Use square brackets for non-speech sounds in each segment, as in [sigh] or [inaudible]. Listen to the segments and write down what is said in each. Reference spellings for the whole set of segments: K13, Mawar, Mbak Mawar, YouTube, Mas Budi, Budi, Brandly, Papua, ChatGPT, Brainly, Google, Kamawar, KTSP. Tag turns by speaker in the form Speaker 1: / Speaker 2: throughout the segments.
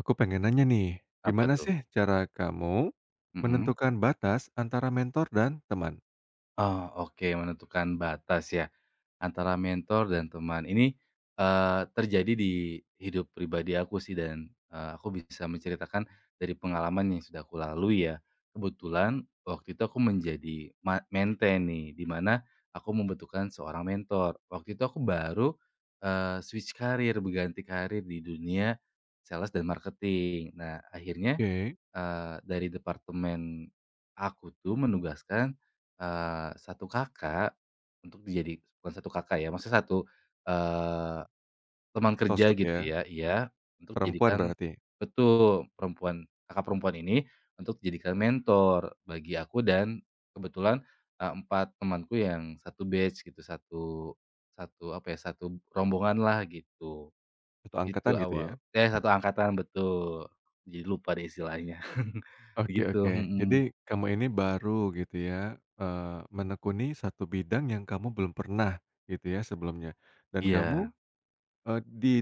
Speaker 1: Aku pengen nanya nih,
Speaker 2: Apa
Speaker 1: gimana
Speaker 2: tuh?
Speaker 1: sih cara kamu
Speaker 2: Mhm.
Speaker 1: menentukan batas antara mentor dan teman?
Speaker 2: Oh, oke, menentukan batas ya, antara mentor dan teman. Ini, terjadi di hidup pribadi aku sih dan aku bisa menceritakan dari pengalaman yang sudah aku lalui ya. Kebetulan waktu itu aku menjadi mante nih, di mana aku membutuhkan seorang mentor. Waktu itu aku baru, switch karir, berganti karir di dunia sales dan marketing. Nah, akhirnya
Speaker 1: Oke.
Speaker 2: Eee, dari departemen aku tuh menugaskan, 1 kakak untuk dijadi bukan satu kakak ya, maksudnya satu eee, teman kerja
Speaker 1: Sosok
Speaker 2: gitu
Speaker 1: ya,
Speaker 2: ya, iya, untuk
Speaker 1: perempuan
Speaker 2: dijadikan
Speaker 1: berarti,
Speaker 2: betul, perempuan kakak perempuan ini untuk dijadikan mentor bagi aku dan kebetulan, 4 temanku yang satu batch gitu, satu satu apa ya, satu rombongan lah gitu.
Speaker 1: atau
Speaker 2: Itu
Speaker 1: angkatan gitu
Speaker 2: awal.
Speaker 1: ya?
Speaker 2: Eh, satu angkatan, betul. Jadi lupa deh istilahnya. [laughs]
Speaker 1: Oke
Speaker 2: Begitu,
Speaker 1: oke. Jadi
Speaker 2: mhm.
Speaker 1: kamu ini baru gitu ya, menekuni satu bidang yang kamu belum pernah gitu ya sebelumnya, dan kamu,
Speaker 2: Iya.
Speaker 1: di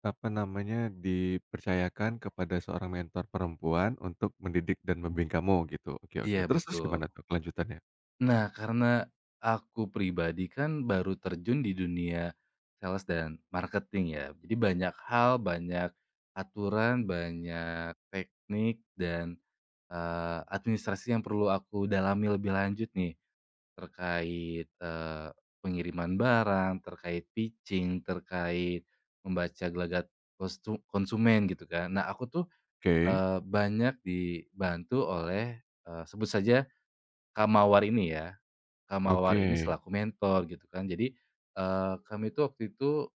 Speaker 1: apa namanya, dipercayakan kepada seorang mentor perempuan untuk mendidik dan membimbing kamu gitu. Oke
Speaker 2: Iya,
Speaker 1: oke, terus terus
Speaker 2: betul.
Speaker 1: gimana tuh kelanjutannya?
Speaker 2: Nah, karena aku pribadi kan baru terjun di dunia sales dan marketing ya. Jadi banyak hal, banyak aturan, banyak teknik dan administrasi yang perlu aku dalami lebih lanjut nih, terkait, pengiriman barang, terkait pitching, terkait membaca gelagat konsumen gitu kan. Nah aku tuh,
Speaker 1: Oke,
Speaker 2: banyak dibantu oleh, sebut saja Kamawar ini ya,
Speaker 1: oke.
Speaker 2: Kamawar ini selaku mentor gitu kan. Jadi, kami tuh waktu itu,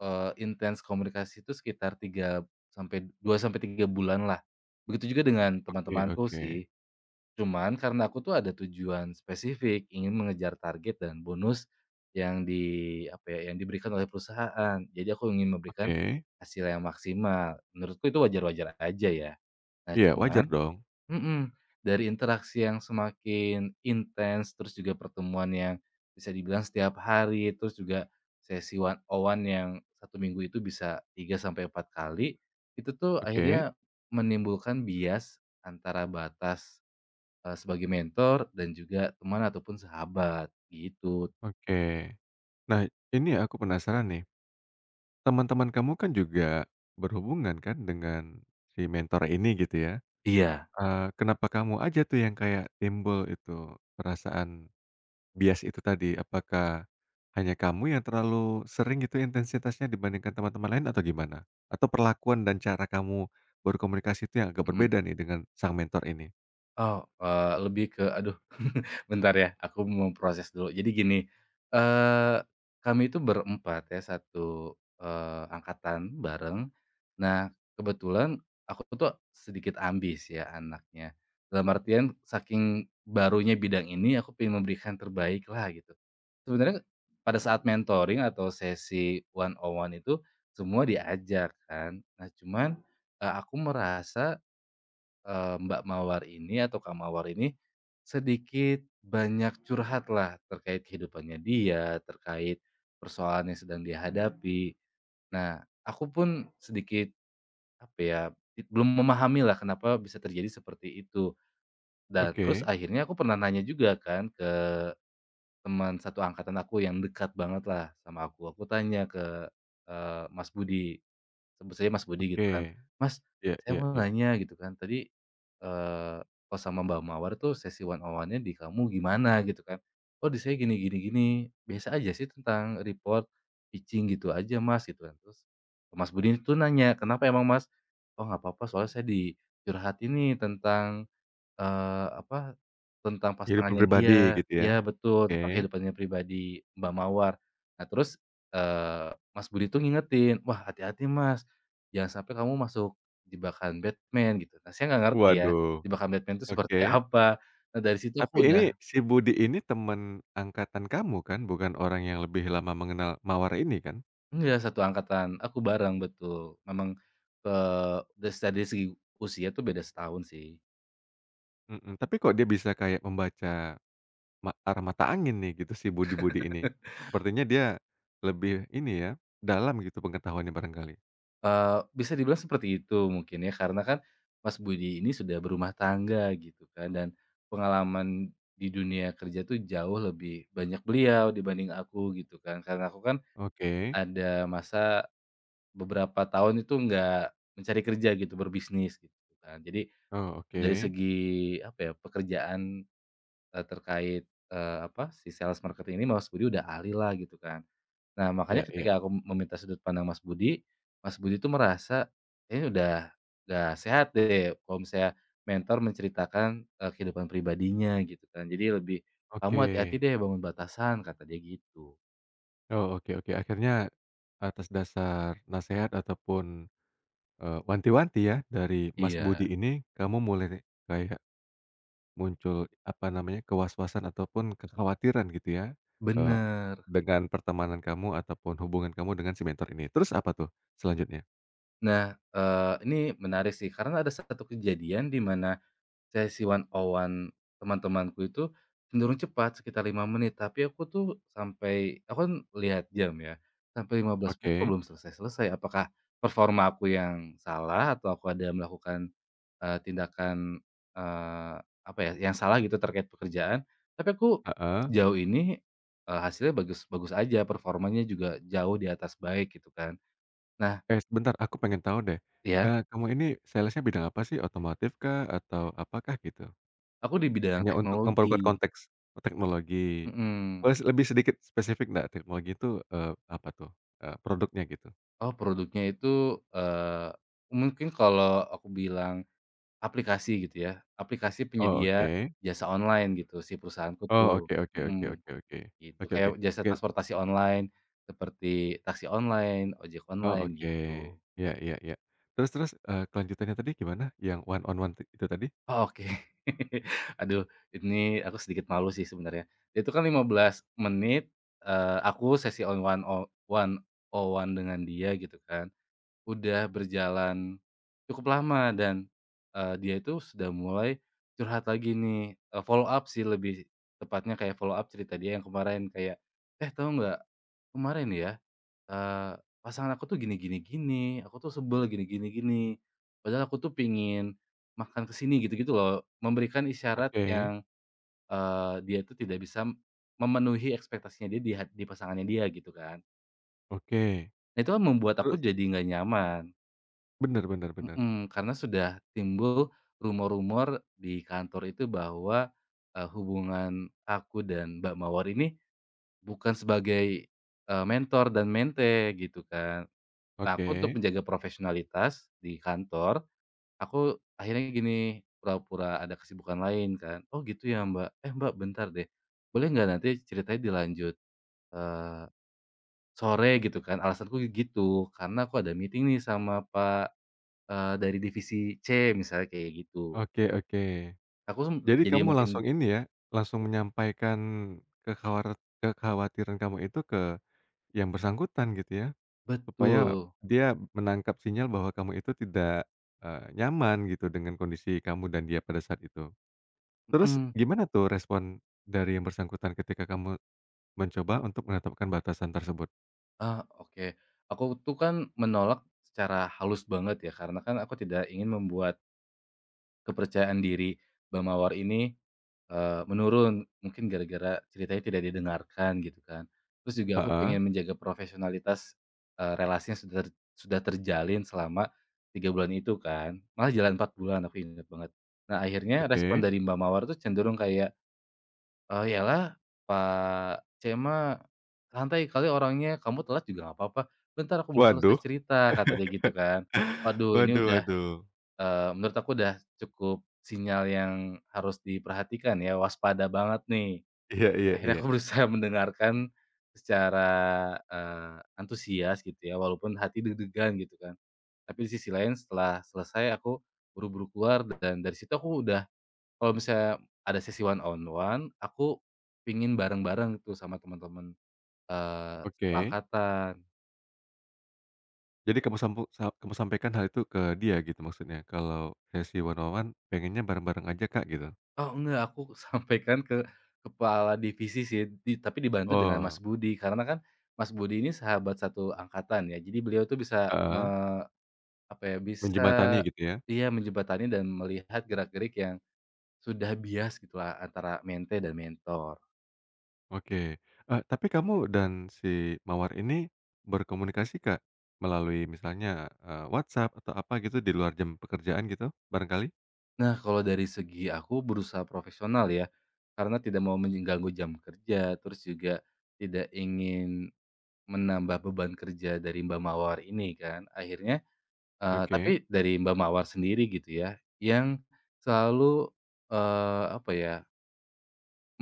Speaker 2: intens komunikasi itu sekitar 3 sampai 2 sampai 3 bulan lah. Begitu juga dengan
Speaker 1: Oke
Speaker 2: teman-temanku
Speaker 1: oke.
Speaker 2: sih. Cuman karena aku tuh ada tujuan spesifik, ingin mengejar target dan bonus yang di apa ya, yang diberikan oleh perusahaan. Jadi aku ingin memberikan
Speaker 1: Oke.
Speaker 2: hasil yang maksimal. Menurutku itu wajar-wajar aja ya. Nah
Speaker 1: Iya wajar
Speaker 2: cuman
Speaker 1: dong.
Speaker 2: mhm, dari interaksi yang semakin intens, terus juga pertemuan yang bisa dibilang setiap hari, terus juga sesi one on one yang satu minggu itu bisa 3 sampai 4 kali, itu tuh
Speaker 1: Oke.
Speaker 2: akhirnya menimbulkan bias antara batas sebagai mentor dan juga teman ataupun sahabat, gitu.
Speaker 1: Oke. Nah ini aku penasaran nih, teman-teman kamu kan juga berhubungan kan dengan si mentor ini gitu ya,
Speaker 2: Iya,
Speaker 1: kenapa kamu aja tuh yang kayak timbul itu perasaan bias itu tadi? Apakah hanya kamu yang terlalu sering gitu intensitasnya dibandingkan teman-teman lain atau gimana? Atau perlakuan dan cara kamu berkomunikasi itu yang agak
Speaker 2: mhm.
Speaker 1: berbeda nih dengan sang mentor ini?
Speaker 2: Oh, lebih ke aduh [laughs] bentar ya, aku mau proses dulu. Jadi gini, eee, kami itu berempat ya, satu angkatan bareng. Nah, kebetulan aku tuh sedikit ambis ya anaknya. Dalam artian saking barunya bidang ini, aku pengen memberikan terbaik lah gitu. Sebenarnya pada saat mentoring atau sesi one on one itu, semua diajak kan. Nah cuman, aku merasa Mbak Mawar ini atau Kak Mawar ini, sedikit banyak curhat lah terkait kehidupannya dia, terkait persoalan yang sedang dihadapi. Nah, aku pun sedikit, apa ya, belum memahami lah kenapa bisa terjadi seperti itu. Dan terus
Speaker 1: Oke
Speaker 2: akhirnya aku pernah nanya juga kan ke teman satu angkatan aku yang dekat banget lah sama aku. Aku tanya ke, Mas Budi. Sebut saja Mas Budi
Speaker 1: oke.
Speaker 2: gitu kan, "Mas,
Speaker 1: Iya
Speaker 2: saya
Speaker 1: iya
Speaker 2: mau
Speaker 1: iya.
Speaker 2: nanya," gitu kan, "tadi, eee, pas sama Mbak Mawar tuh sesi one on one-nya di kamu gimana?" Gitu kan. "Oh, di saya gini gini gini, biasa aja sih tentang report, pitching gitu aja Mas," gitu kan. Terus Mas Budi itu nanya, "Kenapa emang Mas?" "Oh, nggak apa-apa soalnya saya dicurhatin nih tentang" Eee, apa, tentang
Speaker 1: Kehidupan
Speaker 2: pasangannya
Speaker 1: pribadi
Speaker 2: dia
Speaker 1: gitu
Speaker 2: iya
Speaker 1: ya?
Speaker 2: betul, tentang
Speaker 1: Oke.
Speaker 2: kehidupannya pribadi Mbak Mawar. Nah terus, Mas Budi tuh ngingetin, "Wah hati-hati Mas, jangan sampai kamu masuk jebakan Batman," gitu. Nah saya nggak ngerti ya,
Speaker 1: Waduh,
Speaker 2: jebakan Batman itu seperti
Speaker 1: oke.
Speaker 2: [laughs] apa. Nah dari situ
Speaker 1: Tapi
Speaker 2: aku
Speaker 1: ini
Speaker 2: udah
Speaker 1: si Budi ini teman angkatan kamu kan? Bukan orang yang lebih lama mengenal Mawar ini kan?
Speaker 2: enggak, satu angkatan, aku bareng, betul. Memang, eee, des dari segi usia tuh beda setahun sih.
Speaker 1: Mhm, tapi kok dia bisa kayak membaca arah mata angin nih gitu si Budi-Budi ini? Sepertinya dia lebih ini ya, dalam gitu pengetahuannya barangkali.
Speaker 2: Bisa dibilang seperti itu mungkin ya, karena kan Mas Budi ini sudah berumah tangga gitu kan, dan pengalaman di dunia kerja tuh jauh lebih banyak beliau dibanding aku gitu kan. Karena aku kan
Speaker 1: Oke.
Speaker 2: ada masa beberapa tahun itu nggak mencari kerja gitu, berbisnis gitu kan. Jadi
Speaker 1: Oh,
Speaker 2: dari
Speaker 1: oke.
Speaker 2: segi apa ya, pekerjaan, terkait, apa, si sales marketing ini Mas Budi udah ahli lah gitu kan. Nah
Speaker 1: Iya
Speaker 2: makanya
Speaker 1: iya.
Speaker 2: ketika aku meminta sudut pandang Mas Budi, Mas Budi tuh merasa ini udah gak sehat deh kalau misalnya mentor menceritakan, kehidupan pribadinya gitu kan. Jadi lebih, "Kamu
Speaker 1: Oke.
Speaker 2: hati-hati deh bangun batasan," kata dia gitu.
Speaker 1: Oh, oke oke. Akhirnya atas dasar nasehat ataupun wanti-wanti ya dari Mas
Speaker 2: Iya,
Speaker 1: Budi ini, kamu mulai kayak muncul, apa namanya, kewas-wasan ataupun kekhawatiran gitu ya, eee,
Speaker 2: bener.
Speaker 1: dengan pertemanan kamu ataupun hubungan kamu dengan si mentor ini. Terus apa tuh selanjutnya?
Speaker 2: Nah, ini menarik sih karena ada satu kejadian di mana sesi one on one teman-temanku itu cenderung cepat sekitar 5 menit, tapi aku tuh sampai aku kan lihat jam ya, sampai 15 menit kok
Speaker 1: Oke,
Speaker 2: belum selesai-selesai. Apakah performa aku yang salah atau aku ada melakukan, tindakan, eee, apa ya, yang salah gitu terkait pekerjaan. Tapi aku
Speaker 1: heeh.
Speaker 2: sejauh ini, hasilnya bagus bagus aja, performanya juga jauh di atas baik gitu kan. Nah,
Speaker 1: Eh, sebentar aku pengen tahu deh,
Speaker 2: ya
Speaker 1: kamu ini sales-nya bidang apa sih? Otomotif kah atau apakah gitu?
Speaker 2: aku di bidang
Speaker 1: Hanya untuk
Speaker 2: teknologi.
Speaker 1: memperkuat konteks, oh teknologi.
Speaker 2: Mhm.
Speaker 1: Boleh lebih sedikit spesifik nggak teknologi itu, apa tuh, produknya gitu?
Speaker 2: Oh produknya itu, eee, mungkin kalau aku bilang aplikasi gitu ya, aplikasi
Speaker 1: Oh,
Speaker 2: penyedia
Speaker 1: oke.
Speaker 2: jasa online gitu si perusahaanku tuh,
Speaker 1: Oh, oke oke
Speaker 2: mhm,
Speaker 1: oke oke oke.
Speaker 2: gitu.
Speaker 1: Oke
Speaker 2: Kayak
Speaker 1: oke
Speaker 2: jasa
Speaker 1: oke.
Speaker 2: transportasi online seperti taksi online, ojek
Speaker 1: Oh,
Speaker 2: online
Speaker 1: oke.
Speaker 2: gitu.
Speaker 1: Iya iya iya. Terus terus, kelanjutannya tadi gimana? Yang one on one itu tadi?
Speaker 2: Oh oke. [laughs] Aduh ini aku sedikit malu sih sebenarnya. Itu kan 15 menit, aku sesi on one o one on one dengan dia gitu kan. Udah berjalan cukup lama dan, dia itu sudah mulai curhat lagi nih, follow up sih lebih tepatnya kayak follow up cerita dia yang kemarin kayak, "Eh, tahu nggak, kemarin ya, eee, pasangan aku tuh gini gini gini, aku tuh sebel gini gini gini, padahal aku tuh pingin makan kesini gitu-gitu loh. Memberikan isyarat
Speaker 1: Oke
Speaker 2: yang, dia itu tidak bisa memenuhi ekspektasinya dia di pasangannya dia gitu kan.
Speaker 1: oke.
Speaker 2: Nah, itu kan membuat aku
Speaker 1: Terus
Speaker 2: jadi nggak nyaman.
Speaker 1: bener bener bener.
Speaker 2: Mhm, karena sudah timbul rumor-rumor di kantor itu bahwa, hubungan aku dan Mbak Mawar ini bukan sebagai, mentor dan mente gitu kan. Nah, aku untuk
Speaker 1: Oke.
Speaker 2: menjaga profesionalitas di kantor, aku akhirnya gini, pura-pura ada kesibukan lain kan, "Oh gitu ya Mbak, eh Mbak bentar deh, boleh nggak nanti ceritanya dilanjut, eee, sore?" Gitu kan, alasanku gitu, "Karena aku ada meeting nih sama Pak" dari divisi C misalnya kayak gitu.
Speaker 1: Oke oke.
Speaker 2: Aku sem
Speaker 1: Jadi
Speaker 2: jadi
Speaker 1: kamu
Speaker 2: makin
Speaker 1: langsung ini ya, langsung menyampaikan kekhawar kekhawatiran kamu itu ke yang bersangkutan gitu ya, supaya
Speaker 2: betul,
Speaker 1: dia menangkap sinyal bahwa kamu itu tidak, nyaman gitu dengan kondisi kamu dan dia pada saat itu. Terus
Speaker 2: mhm,
Speaker 1: gimana tuh respon dari yang bersangkutan ketika kamu mencoba untuk menetapkan batasan tersebut?
Speaker 2: ah, oke. Aku tuh kan menolak secara halus banget ya karena kan aku tidak ingin membuat kepercayaan diri Bang Mawar ini, menurun, mungkin gara-gara ceritanya tidak didengarkan gitu kan. Terus juga aku
Speaker 1: Heeh,
Speaker 2: pengen menjaga profesionalitas, relasinya sudah terjalin selama 3 bulan itu kan, malah jalan 4 bulan aku inget banget. Nah akhirnya respon
Speaker 1: oke.
Speaker 2: dari Mbak Mawar tuh cenderung kayak iyalah, Pak C mah santai kali orangnya, kamu telat juga nggak apa-apa, "Bentar aku belum selesai
Speaker 1: Waduh.
Speaker 2: cerita," kata dia
Speaker 1: [laughs]
Speaker 2: gitu kan. Waduh ini
Speaker 1: Waduh
Speaker 2: udah,
Speaker 1: waduh.
Speaker 2: menurut aku udah cukup sinyal yang harus diperhatikan ya, waspada banget nih.
Speaker 1: Iya iya
Speaker 2: Akhirnya
Speaker 1: iya.
Speaker 2: aku [laughs] berusaha mendengarkan secara, antusias gitu ya, walaupun hati deg-degan gitu kan. Tapi di sisi lain setelah selesai aku buru-buru keluar dan dari situ aku udah kalau misalnya ada sesi one on one, aku pingin bareng-bareng tuh sama teman-teman, eee,
Speaker 1: Oke.
Speaker 2: seangkatan.
Speaker 1: Jadi kamu sampu sa kamu sampaikan hal itu ke dia gitu maksudnya, kalau sesi one on one pengennya bareng-bareng aja Kak, gitu?
Speaker 2: Oh enggak, aku [laughs] sampaikan ke kepala divisi sih, tapi dibantu dengan Mas
Speaker 1: Oh,
Speaker 2: Budi, karena kan Mas Budi ini sahabat satu angkatan ya, jadi beliau tuh bisa nge
Speaker 1: heeh,
Speaker 2: apa ya, bisa
Speaker 1: menjembatani gitu ya?
Speaker 2: iya menjembatani dan melihat gerak-gerik yang sudah bias gitulah antara mente dan mentor.
Speaker 1: Oke, tapi kamu dan si mawar ini berkomunikasi, Kak? Melalui misalnya, WhatsApp atau apa gitu di luar jam pekerjaan gitu barangkali?
Speaker 2: Nah, kalau dari segi aku berusaha profesional ya, karena tidak mau mengganggu jam kerja, terus juga tidak ingin menambah beban kerja dari Mbak Mawar ini kan. Akhirnya, tapi
Speaker 1: Oke
Speaker 2: dari Mbak Mawar sendiri gitu ya, yang selalu, apa ya,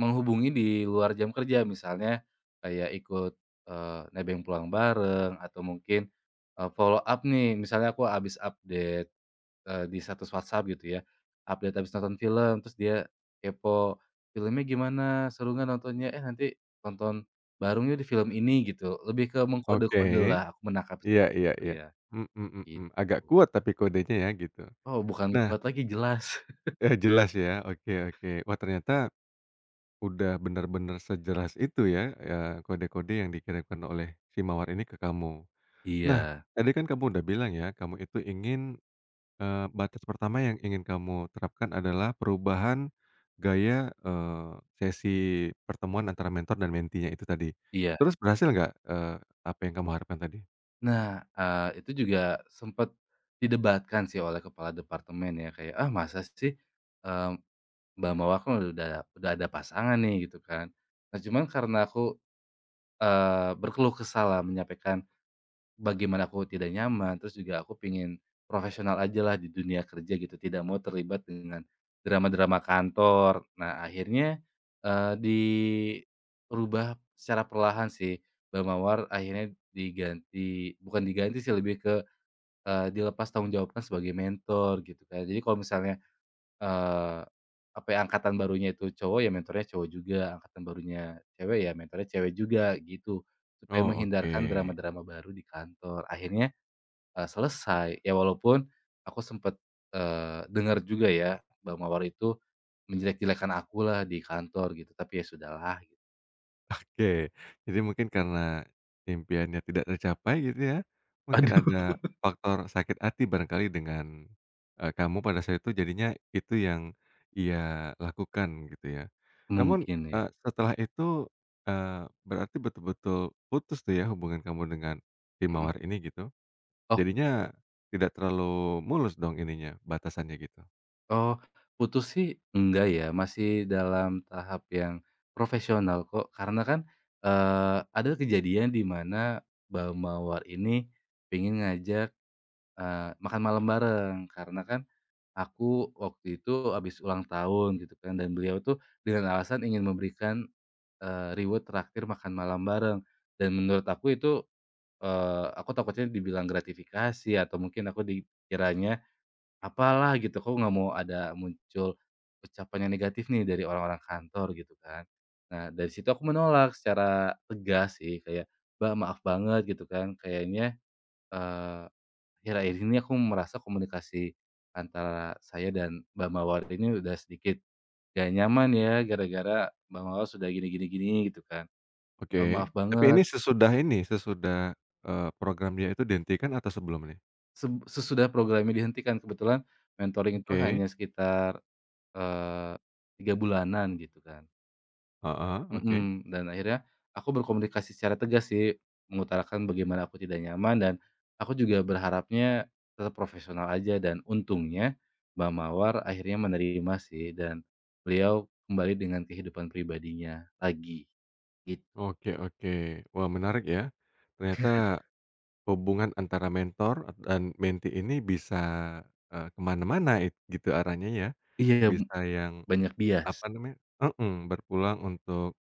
Speaker 2: menghubungi di luar jam kerja. Misalnya kayak ikut, nebeng pulang bareng atau mungkin, follow up nih, misalnya aku habis update di status WhatsApp gitu ya, update habis nonton film, terus dia kepo, "Filmnya gimana? Seru nggak nontonnya? Eh, nanti nonton bareng di film ini," gitu. Lebih ke mengkode
Speaker 1: oke,
Speaker 2: kode lah aku menangkap
Speaker 1: iya
Speaker 2: seperti
Speaker 1: iya
Speaker 2: itu
Speaker 1: iya,
Speaker 2: ya,
Speaker 1: mhm mhm,
Speaker 2: gitu.
Speaker 1: agak kuat tapi kodenya ya gitu.
Speaker 2: Oh, bukan
Speaker 1: Nah,
Speaker 2: kuat lagi, jelas. [laughs]
Speaker 1: jelas ya, oke oke. Wah, ternyata udah benar-benar sejelas itu ya, kode-kode yang dikirimkan oleh si mawar ini ke kamu. Nah,
Speaker 2: Iya
Speaker 1: tadi kan kamu udah bilang ya, kamu itu ingin batas pertama yang ingin kamu terapkan adalah perubahan gaya, sesi pertemuan antara mentor dan mentinya itu tadi.
Speaker 2: iya.
Speaker 1: Terus berhasil nggak, apa yang kamu harapkan tadi?
Speaker 2: Nah, itu juga sempat didebatkan sih oleh kepala departemen ya, kayak, "Ah, masa sih, eee, Mbak Mawar kan udah ada pasangan nih," gitu kan. Nah, cuman karena aku, berkeluh kesahlah menyampaikan bagaimana aku tidak nyaman, terus juga aku pingin profesional aja lah di dunia kerja gitu, tidak mau terlibat dengan drama-drama kantor. Nah, akhirnya, dirubah secara perlahan sih. Bang Mawar akhirnya diganti bukan diganti sih, lebih ke, dilepas tanggung jawabnya sebagai mentor gitu kan. Jadi kalau misalnya, eee, apa ya, angkatan barunya itu cowok, ya mentornya cowok juga, angkatan barunya cewek, ya mentornya cewek juga gitu, supaya
Speaker 1: Oh,
Speaker 2: menghindarkan
Speaker 1: oke.
Speaker 2: drama-drama baru di kantor. Akhirnya, selesai. Ya walaupun aku sempet, dengar juga ya Bang Mawar itu menjelek-jelekan aku lah di kantor gitu, tapi ya sudahlah gitu.
Speaker 1: Oke, jadi mungkin karena impiannya tidak tercapai gitu ya,
Speaker 2: [laughs]
Speaker 1: mungkin
Speaker 2: Aduh.
Speaker 1: ada faktor sakit hati barangkali dengan, kamu pada saat itu jadinya itu yang ia lakukan gitu ya. Namun,
Speaker 2: Mungkin ya.
Speaker 1: setelah itu, berarti betul-betul putus tuh ya hubungan kamu dengan tim
Speaker 2: Mhm.
Speaker 1: ini gitu?
Speaker 2: Oh
Speaker 1: Jadinya tidak terlalu mulus dong ininya, batasannya gitu?
Speaker 2: oh, putus sih enggak ya, masih dalam tahap yang profesional kok. Karena kan, ada kejadian di mana Bang Mawar ini pengen ngajak, makan malam bareng, karena kan aku waktu itu habis ulang tahun gitu kan dan beliau tuh dengan alasan ingin memberikan, reward traktir makan malam bareng dan menurut aku itu, aku takutnya dibilang gratifikasi atau mungkin aku dikiranya apalah gitu, aku nggak mau ada muncul ucapan yang negatif nih dari orang-orang kantor gitu kan. Nah dari situ aku menolak secara tegas sih kayak, "Mbak, maaf banget," gitu kan, "kayaknya," akhir-akhir ini aku merasa komunikasi antara saya dan Mbak Mawar ini udah sedikit gak nyaman ya, gara-gara Mbak Mawar sudah gini gini gini, gitu kan. Maaf
Speaker 1: Oke, tapi
Speaker 2: banget,
Speaker 1: ini, sesudah, program dia itu dihentikan atau sebelum nih?
Speaker 2: sesudah programnya dihentikan, kebetulan mentoring itu
Speaker 1: Oke.
Speaker 2: hanya sekitar, eee, 3 bulanan, gitu kan.
Speaker 1: Heeh, oke.
Speaker 2: Mhm, dan akhirnya aku berkomunikasi secara tegas sih, mengutarakan bagaimana aku tidak nyaman dan aku juga berharapnya tetap profesional aja dan untungnya Mbak Mawar akhirnya menerima sih dan beliau kembali dengan kehidupan pribadinya lagi, git
Speaker 1: Oke oke. Wah menarik ya. Ternyata hubungan antara mentor dan mentee ini bisa, ke mana-mana gitu arahnya ya.
Speaker 2: iya,
Speaker 1: Bisa yang
Speaker 2: banyak bias.
Speaker 1: apa namanya heeh, berpulang untuk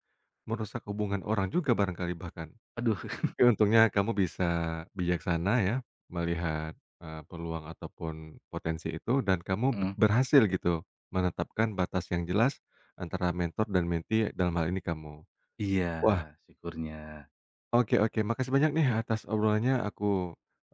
Speaker 1: merusak hubungan orang juga barangkali bahkan.
Speaker 2: Aduh, [laughs]
Speaker 1: Tapi untungnya kamu bisa bijaksana ya melihat, peluang ataupun potensi itu dan kamu
Speaker 2: mhm,
Speaker 1: berhasil gitu menetapkan batas yang jelas antara mentor dan mentee dalam hal ini kamu.
Speaker 2: iya,
Speaker 1: Wah
Speaker 2: syukurnya,
Speaker 1: Oke oke, makasih banyak nih atas obrolannya. Aku,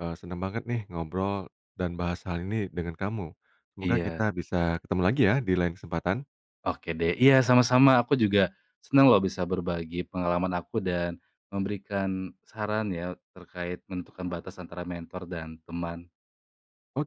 Speaker 1: senang banget nih ngobrol dan bahas hal ini dengan kamu. Semoga
Speaker 2: iya.
Speaker 1: kita bisa ketemu lagi ya di lain kesempatan.
Speaker 2: Oke deh, iya sama-sama aku juga senang loh bisa berbagi pengalaman aku dan memberikan saran ya terkait menentukan batas antara mentor dan teman.
Speaker 1: Oke.